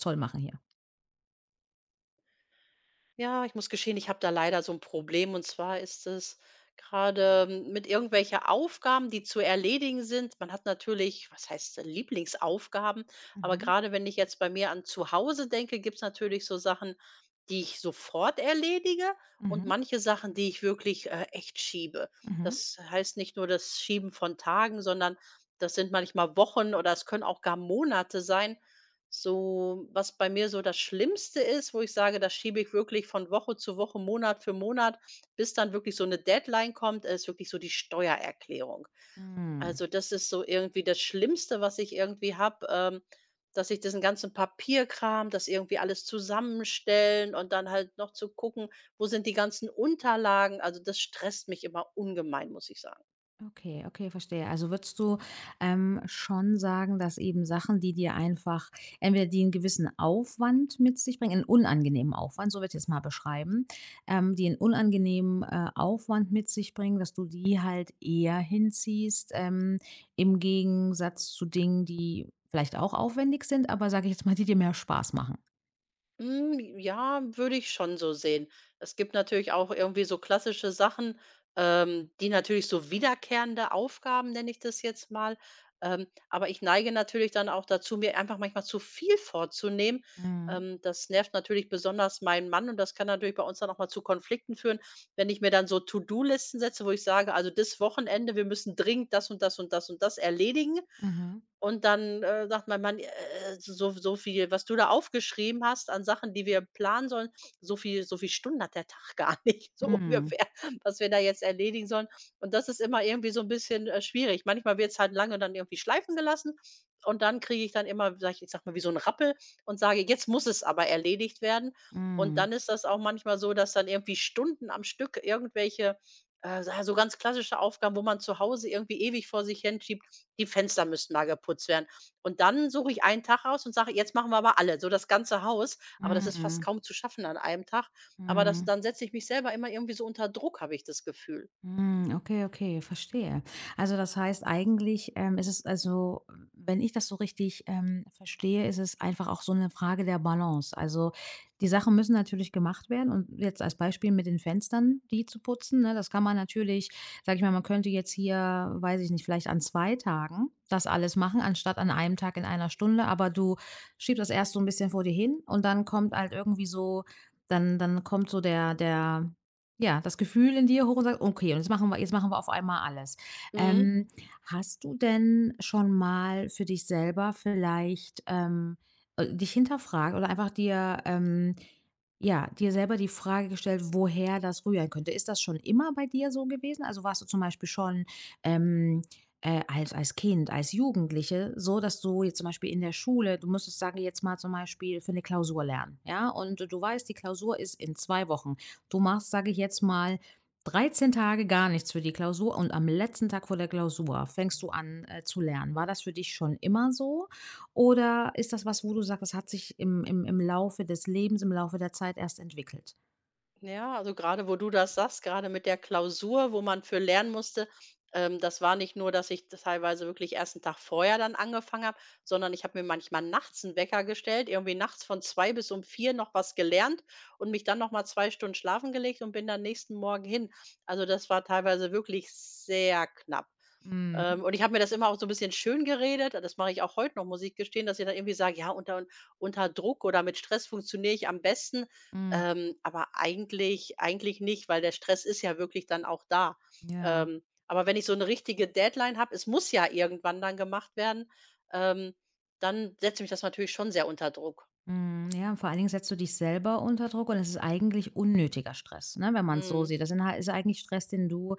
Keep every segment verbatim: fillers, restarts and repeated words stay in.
Toll machen hier. Ja, ich muss gestehen, ich habe da leider so ein Problem und zwar ist es grade mit irgendwelche Aufgaben, die zu erledigen sind. Man hat natürlich, was heißt äh, Lieblingsaufgaben, aber Mhm, gerade wenn ich jetzt bei mir an zu Hause denke, gibt's natürlich so Sachen, die ich sofort erledige und mhm, manche Sachen, die ich wirklich, äh, echt schiebe. mhm. Das heißt nicht nur das Schieben von Tagen, sondern das sind manchmal Wochen oder es können auch gar Monate sein, so, was bei mir so das Schlimmste ist, wo ich sage, das schiebe ich wirklich von Woche zu Woche, Monat für Monat, bis dann wirklich so eine Deadline kommt, ist wirklich so die Steuererklärung. Hm. Also, das ist so irgendwie das Schlimmste, was ich irgendwie habe, ähm, dass ich diesen ganzen Papierkram, das irgendwie alles zusammenstellen und dann halt noch zu gucken, wo sind die ganzen Unterlagen. Also, das stresst mich immer ungemein, muss ich sagen. Okay, okay, verstehe. Also würdest du ähm, schon sagen, dass eben Sachen, die dir einfach entweder die einen gewissen Aufwand mit sich bringen, einen unangenehmen Aufwand, so würde ich es mal beschreiben, ähm, die einen unangenehmen, äh, Aufwand mit sich bringen, dass du die halt eher hinziehst, ähm, im Gegensatz zu Dingen, die vielleicht auch aufwendig sind, aber sage ich jetzt mal, die dir mehr Spaß machen? Hm, ja, würde ich schon so sehen. Es gibt natürlich auch irgendwie so klassische Sachen, ähm, die natürlich so wiederkehrende Aufgaben, nenne ich das jetzt mal. Ähm, aber ich neige natürlich dann auch dazu, mir einfach manchmal zu viel vorzunehmen. Mhm, Ähm, das nervt natürlich besonders meinen Mann und das kann natürlich bei uns dann auch mal zu Konflikten führen, wenn ich mir dann so To-Do-Listen setze, wo ich sage, also das Wochenende, wir müssen dringend das und das und das und das erledigen. mhm, Und dann, äh, sagt mein Mann: „Äh, so so so viel was du da aufgeschrieben hast an Sachen, die wir planen sollen, so viel so viel Stunden hat der Tag gar nicht“, so mhm, ungefähr, was wir da jetzt erledigen sollen. Und das ist immer irgendwie so ein bisschen, äh, schwierig. Manchmal wird es halt lange dann irgendwie schleifen gelassen und dann kriege ich dann immer, sage ich ich sage mal, wie so ein Rappel und sage: „Jetzt muss es aber erledigt werden.“ Und mhm, dann ist das auch manchmal so, dass dann irgendwie Stunden am Stück irgendwelche, äh, so ganz klassische Aufgaben, wo man zu Hause irgendwie ewig vor sich hin die Fenster müssten mal geputzt werden. Und dann suche ich einen Tag raus und sage: „Jetzt machen wir aber alle, so das ganze Haus.“ Aber das ist fast mhm. kaum zu schaffen an einem Tag. Aber das Mhm. dann setze ich mich selber immer irgendwie so unter Druck, habe ich das Gefühl. Mhm. Okay, okay, verstehe. Also das heißt eigentlich, ähm, ist es also, wenn ich das so richtig ähm, verstehe, ist es einfach auch so eine Frage der Balance. Also die Sachen müssen natürlich gemacht werden und jetzt als Beispiel mit den Fenstern, die zu putzen, ne, das kann man natürlich, sag ich mal, man könnte jetzt hier, weiß ich nicht, vielleicht an zwei Tagen das alles machen, anstatt an einem Tag in einer Stunde, aber du schiebst das erst so ein bisschen vor dir hin und dann kommt halt irgendwie so, dann, dann kommt so der, der ja, das Gefühl in dir hoch und sagst: „Okay, und jetzt machen wir jetzt machen wir auf einmal alles.“ Mhm. Ähm, hast du denn schon mal für dich selber vielleicht, ähm, äh, dich hinterfragt oder einfach dir, ähm ja, dir selber die Frage gestellt, woher das rühren könnte? Ist das schon immer bei dir so gewesen? Also, warst du zum Beispiel schon, ähm, äh, als als Kind, als Jugendliche so, dass du jetzt zum Beispiel in der Schule du musstest, sage ich jetzt mal, zum Beispiel für eine Klausur lernen, ja? Und du weißt, die Klausur ist in zwei Wochen. Du machst, sage ich jetzt mal, dreizehn Tage gar nichts für die Klausur und am letzten Tag vor der Klausur fängst du an, äh, zu lernen. War das für dich schon immer so? Oder ist das was, wo du sagst, das hat sich im im im Laufe des Lebens, im Laufe der Zeit erst entwickelt? Ja, also gerade wo du das sagst, gerade mit der Klausur, wo man für lernen musste, ähm, das war nicht nur, dass ich das teilweise wirklich erst einen Tag vorher dann angefangen habe, sondern ich habe mir manchmal nachts einen Wecker gestellt, irgendwie nachts von zwei bis um vier noch was gelernt und mich dann noch mal zwei Stunden schlafen gelegt und bin dann nächsten Morgen hin. Also, das war teilweise wirklich sehr knapp. Mhm, Ähm, und ich habe mir das immer auch so ein bisschen schön geredet. Das mache ich auch heute noch, muss ich gestehen, dass ich dann irgendwie sage: „Ja, unter unter Druck oder mit Stress funktioniere ich am besten.“ mhm, Ähm, aber eigentlich eigentlich nicht, weil der Stress ist ja wirklich dann auch da. ja. Ähm, aber wenn ich so eine richtige Deadline habe, es muss ja irgendwann dann gemacht werden, ähm, dann setzt mich das natürlich schon sehr unter Druck. Mm, Ja, und vor allen Dingen setzt du dich selber unter Druck und es ist eigentlich unnötiger Stress, ne, wenn man es so Mhm. sieht. Das inha- ist eigentlich Stress, den du,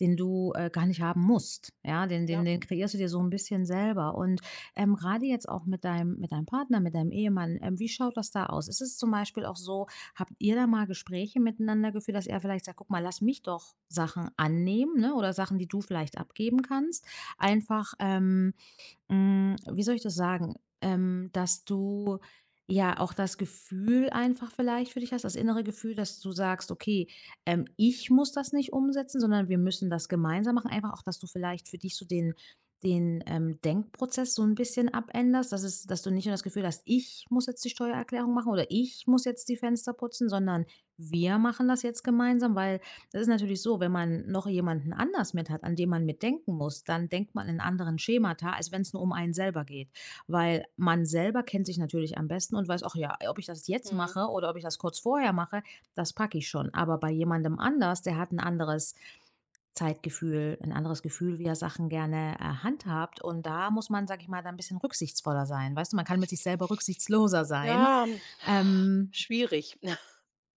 den du äh, gar nicht haben musst. Ja, den, den, Ja. den kreierst du dir so ein bisschen selber. Und ähm, gerade jetzt auch mit deinem, mit deinem, Partner, mit deinem Ehemann, ähm, wie schaut das da aus? Ist es zum Beispiel auch so, habt ihr da mal Gespräche miteinander geführt, dass er vielleicht sagt, guck mal, lass mich doch Sachen annehmen, ne, oder Sachen, die du vielleicht abgeben kannst, einfach. Ähm, hm, wie soll ich das sagen? Ähm, dass du ja auch das Gefühl einfach vielleicht für dich hast, das innere Gefühl, dass du sagst: „Okay, ähm, ich muss das nicht umsetzen, sondern wir müssen das gemeinsam machen.“ Einfach auch, dass du vielleicht für dich so den den, ähm, Denkprozess so ein bisschen abänderst, dass es dass du nicht nur das Gefühl hast: „Ich muss jetzt die Steuererklärung machen“ oder „Ich muss jetzt die Fenster putzen“, sondern „wir machen das jetzt gemeinsam“, weil das ist natürlich so, wenn man noch jemanden anders mit hat, an dem man mitdenken muss, dann denkt man in anderen Schemata, als wenn es nur um einen selber geht. Weil man selber kennt sich natürlich am besten und weiß, ach ja, ob ich das jetzt Mhm. mache oder ob ich das kurz vorher mache, das packe ich schon. Aber bei jemandem anders, der hat ein anderes Zeitgefühl, ein anderes Gefühl, wie er Sachen gerne äh, handhabt. Und da muss man, sag ich mal, da ein bisschen rücksichtsvoller sein. Weißt du, man kann mit sich selber rücksichtsloser sein. Ja, Ähm, schwierig.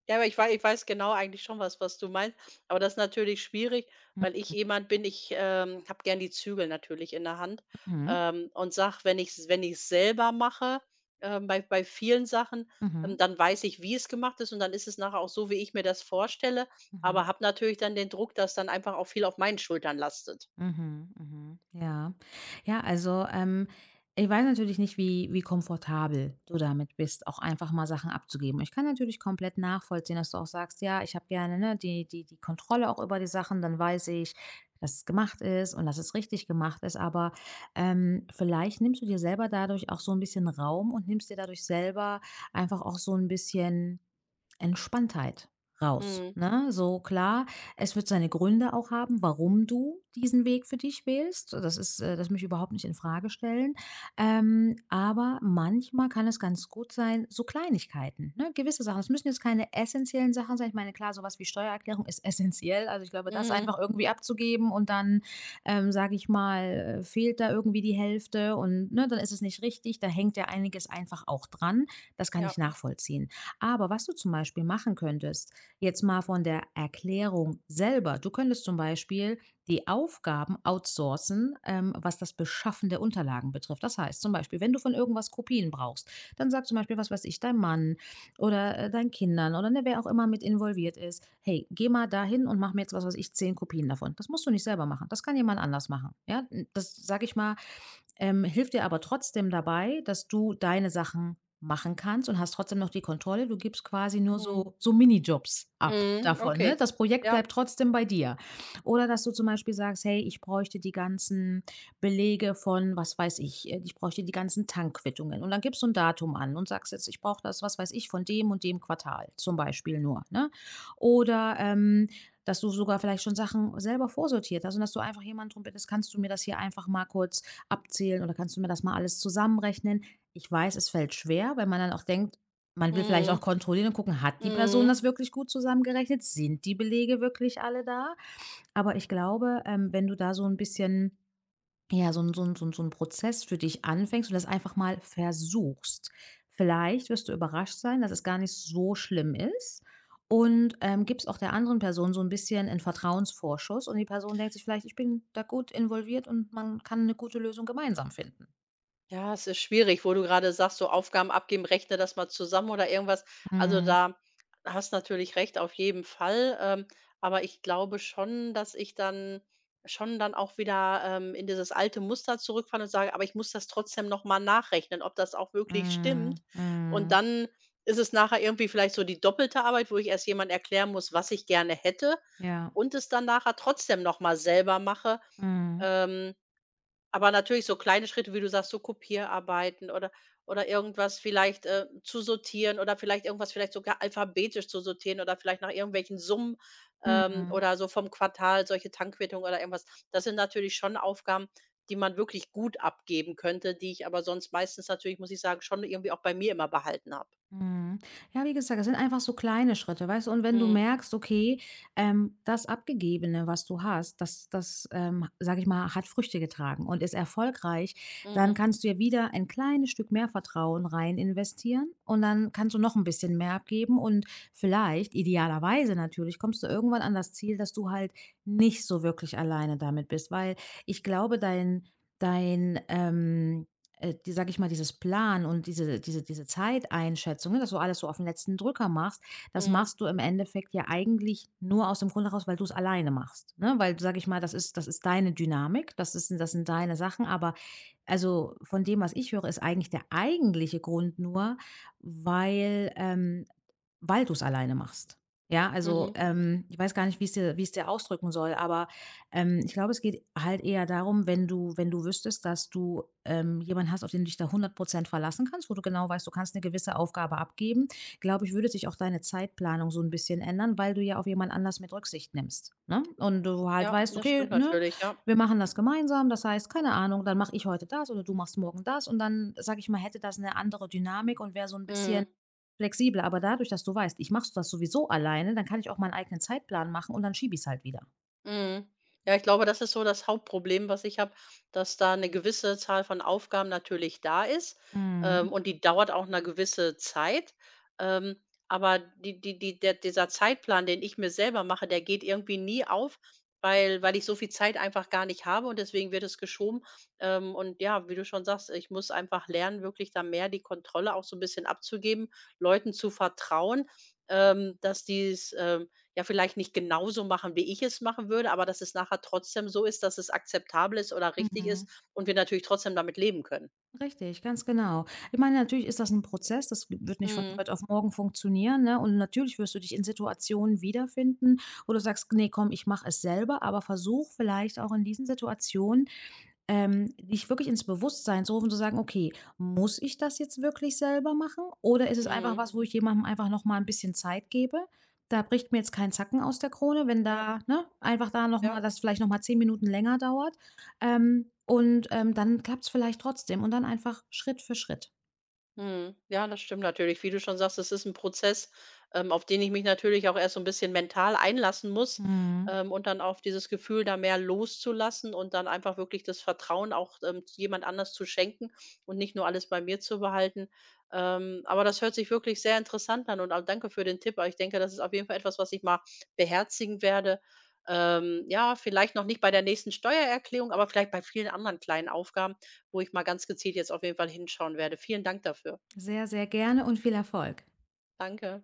Ja, aber ich wei ich weiß genau eigentlich schon, was was du meinst, aber das ist natürlich schwierig, mhm, weil ich mhm, jemand bin, ich, ähm, habe gern die Zügel natürlich in der Hand, mhm. ähm, und sage, wenn ich's wenn ich's selber mache, ähm, bei bei vielen Sachen, ähm, Mhm, dann weiß ich, wie es gemacht ist und dann ist es nachher auch so, wie ich mir das vorstelle, mhm. aber habe natürlich dann den Druck, dass dann einfach auch viel auf meinen Schultern lastet. Mhm, mhm, ja. Ja, also, ähm, ich weiß natürlich nicht, wie wie komfortabel du damit bist, auch einfach mal Sachen abzugeben. Ich kann natürlich komplett nachvollziehen, dass du auch sagst: „Ja, ich habe gerne, ne, die die die Kontrolle auch über die Sachen, dann weiß ich, dass es gemacht ist und dass es richtig gemacht ist.“ Aber, ähm, vielleicht nimmst du dir selber dadurch auch so ein bisschen Raum und nimmst dir dadurch selber einfach auch so ein bisschen Entspanntheit raus, Mhm. ne? So, klar, es wird seine Gründe auch haben, warum du diesen Weg für dich wählst. Das ist, äh das möchte ich überhaupt nicht in Frage stellen. Ähm, aber manchmal kann es ganz gut sein, so Kleinigkeiten, ne? Gewisse Sachen. Es müssen jetzt keine essentiellen Sachen sein. Ich meine, klar, sowas wie Steuererklärung ist essentiell. Also, ich glaube, das Mhm. einfach irgendwie abzugeben und dann, ähm, sage ich mal, äh, fehlt da irgendwie die Hälfte und, ne, dann ist es nicht richtig. Da hängt ja einiges einfach auch dran. Das kann Ja. ich nachvollziehen. Aber was du zum Beispiel machen könntest, jetzt mal von der Erklärung selber. Du könntest zum Beispiel die Aufgaben outsourcen, ähm, was das Beschaffen der Unterlagen betrifft. Das heißt zum Beispiel, wenn du von irgendwas Kopien brauchst, dann sag zum Beispiel, was weiß ich, dein Mann oder äh, deinen Kindern oder ne, wer auch immer mit involviert ist, hey, geh mal dahin und mach mir jetzt, was weiß ich, zehn Kopien davon. Das musst du nicht selber machen. Das kann jemand anders machen. Ja, das sage ich mal, ähm, hilft dir aber trotzdem dabei, dass du deine Sachen machen kannst und hast trotzdem noch die Kontrolle. Du gibst quasi nur Mhm. so, so Minijobs ab Mhm. davon. Ne? Okay. Das Projekt Ja. bleibt trotzdem bei dir. Oder dass du zum Beispiel sagst, hey, ich bräuchte die ganzen Belege von, was weiß ich, äh, ich bräuchte die ganzen Tankquittungen. Und dann gibst du ein Datum an und sagst jetzt, ich brauche das, was weiß ich, von dem und dem Quartal zum Beispiel nur. Ne? Oder ähm, dass du sogar vielleicht schon Sachen selber vorsortiert hast und dass du einfach jemanden drum bittest, kannst du mir das hier einfach mal kurz abzählen oder kannst du mir das mal alles zusammenrechnen? Ich weiß, es fällt schwer, weil man dann auch denkt, man will vielleicht auch Mhm. kontrollieren und gucken, hat die Person Mhm. das wirklich gut zusammengerechnet? Sind die Belege wirklich alle da? Aber ich glaube, ähm, wenn du da so ein bisschen ja, so ein so ein so ein so 'n Prozess für dich anfängst und das einfach mal versuchst. Vielleicht wirst du überrascht sein, dass es gar nicht so schlimm ist und, ähm, gibst auch der anderen Person so ein bisschen 'n Vertrauensvorschuss und die Person denkt sich vielleicht: „Ich bin da gut involviert und man kann eine gute Lösung gemeinsam finden.“ Ja, es ist schwierig, wo du gerade sagst, so Aufgaben abgeben, rechne das mal zusammen oder irgendwas. Also, Mhm. da hast natürlich recht, auf jeden Fall. Ähm, aber ich glaube schon, dass ich dann schon dann auch wieder, ähm, in dieses alte Muster zurückfalle und sage: „Aber ich muss das trotzdem noch mal nachrechnen, ob das auch wirklich stimmt.“ Mhm. Und Mhm. dann ist es nachher irgendwie vielleicht so die doppelte Arbeit, wo ich erst jemand erklären muss, was ich gerne hätte Ja. und es dann nachher trotzdem noch mal selber mache. Mhm. Ähm aber natürlich so kleine Schritte, wie du sagst, so Kopierarbeiten oder oder irgendwas vielleicht, äh, zu sortieren oder vielleicht irgendwas vielleicht sogar alphabetisch zu sortieren oder vielleicht nach irgendwelchen Summen, ähm, Mhm. oder so vom Quartal, solche Tankquittungen oder irgendwas. Das sind natürlich schon Aufgaben, die man wirklich gut abgeben könnte, die ich aber sonst meistens natürlich, muss ich sagen, schon irgendwie auch bei mir immer behalten habe. Mhm. Ja, wie gesagt, das sind einfach so kleine Schritte, weißt du? Und wenn du Mhm. merkst, okay, ähm, das Abgegebene, was du hast, das, das ähm, sage ich mal, hat Früchte getragen und ist erfolgreich, dann Mhm. kannst du ja wieder ein kleines Stück mehr Vertrauen rein investieren und dann kannst du noch ein bisschen mehr abgeben und vielleicht, idealerweise natürlich, kommst du irgendwann an das Ziel, dass du halt nicht so wirklich alleine damit bist, weil ich glaube, dein, dein, ähm, äh, die sage ich mal, dieses Plan und diese diese diese Zeiteinschätzung, ne, dass du alles so auf den letzten Drücker machst, das Mhm. machst du im Endeffekt ja eigentlich nur aus dem Grund heraus, weil du es alleine machst, ne? Weil, sage ich mal, das ist das ist deine Dynamik, das ist das sind deine Sachen, aber also, von dem, was ich höre, ist eigentlich der eigentliche Grund nur, weil, ähm weil du es alleine machst. Ja, also, Mhm. ähm, ich weiß gar nicht, wie es dir wie es dir ausdrücken soll, aber, ähm, ich glaube, es geht halt eher darum, wenn du wenn du wüsstest, dass du, ähm, jemanden hast, auf den du dich da hundert Prozent verlassen kannst, wo du genau weißt, du kannst eine gewisse Aufgabe abgeben, glaube ich, würde sich auch deine Zeitplanung so ein bisschen ändern, weil du ja auf jemand anders mit Rücksicht nimmst, ne? Und du halt Ja, weißt: das „Okay, stimmt ne, natürlich, ja. wir machen das gemeinsam.“ Das heißt, keine Ahnung, dann mache ich heute das oder du machst morgen das und dann, sage ich mal, hätte das eine andere Dynamik und wäre so ein bisschen Mhm. flexibler, aber dadurch, dass du weißt, ich mache das sowieso alleine, dann kann ich auch meinen eigenen Zeitplan machen und dann schiebe ich es halt wieder. Mhm. Ja, ich glaube, das ist so das Hauptproblem, was ich habe, dass da eine gewisse Zahl von Aufgaben natürlich da ist, Mhm. ähm, und die dauert auch eine gewisse Zeit. Ähm, aber die die die der dieser Zeitplan, den ich mir selber mache, der geht irgendwie nie auf, weil weil ich so viel Zeit einfach gar nicht habe und deswegen wird es geschoben. Ähm, und ja, wie du schon sagst, ich muss einfach lernen, wirklich da mehr die Kontrolle auch so ein bisschen abzugeben, Leuten zu vertrauen, ähm, dass die's, ähm ja, vielleicht nicht genauso machen, wie ich es machen würde, aber dass es nachher trotzdem so ist, dass es akzeptabel ist oder richtig Mhm. ist und wir natürlich trotzdem damit leben können. Richtig, ganz genau. Ich meine, natürlich ist das ein Prozess, das wird nicht von Mhm. heute auf morgen funktionieren, ne? Und natürlich wirst du dich in Situationen wiederfinden, wo du sagst: „Nee, komm, ich mache es selber.“ Aber versuch vielleicht auch in diesen Situationen Ähm, dich wirklich ins Bewusstsein zu rufen, zu sagen: „Okay, muss ich das jetzt wirklich selber machen oder ist es einfach Mhm. was, wo ich jemandem einfach noch mal 'n bisschen Zeit gebe?“ Da bricht mir jetzt kein Zacken aus der Krone, wenn Ja, da ne, einfach da noch ja. mal das vielleicht noch mal zehn Minuten länger dauert. Ähm, und, ähm, dann klappt es vielleicht trotzdem und dann einfach Schritt für Schritt. Mhm. Ja, das stimmt natürlich. Wie du schon sagst, es ist ein Prozess, ähm, auf den ich mich natürlich auch erst so ein bisschen mental einlassen muss, Mhm. ähm, und dann auf dieses Gefühl, da mehr loszulassen und dann einfach wirklich das Vertrauen auch, ähm, zu jemand anders zu schenken und nicht nur alles bei mir zu behalten. Ähm, aber das hört sich wirklich sehr interessant an und auch danke für den Tipp. Aber ich denke, das ist auf jeden Fall etwas, was ich mal beherzigen werde. Ähm, ja, vielleicht noch nicht bei der nächsten Steuererklärung, aber vielleicht bei vielen anderen kleinen Aufgaben, wo ich mal ganz gezielt jetzt auf jeden Fall hinschauen werde. Vielen Dank dafür. Sehr, sehr gerne und viel Erfolg. Danke.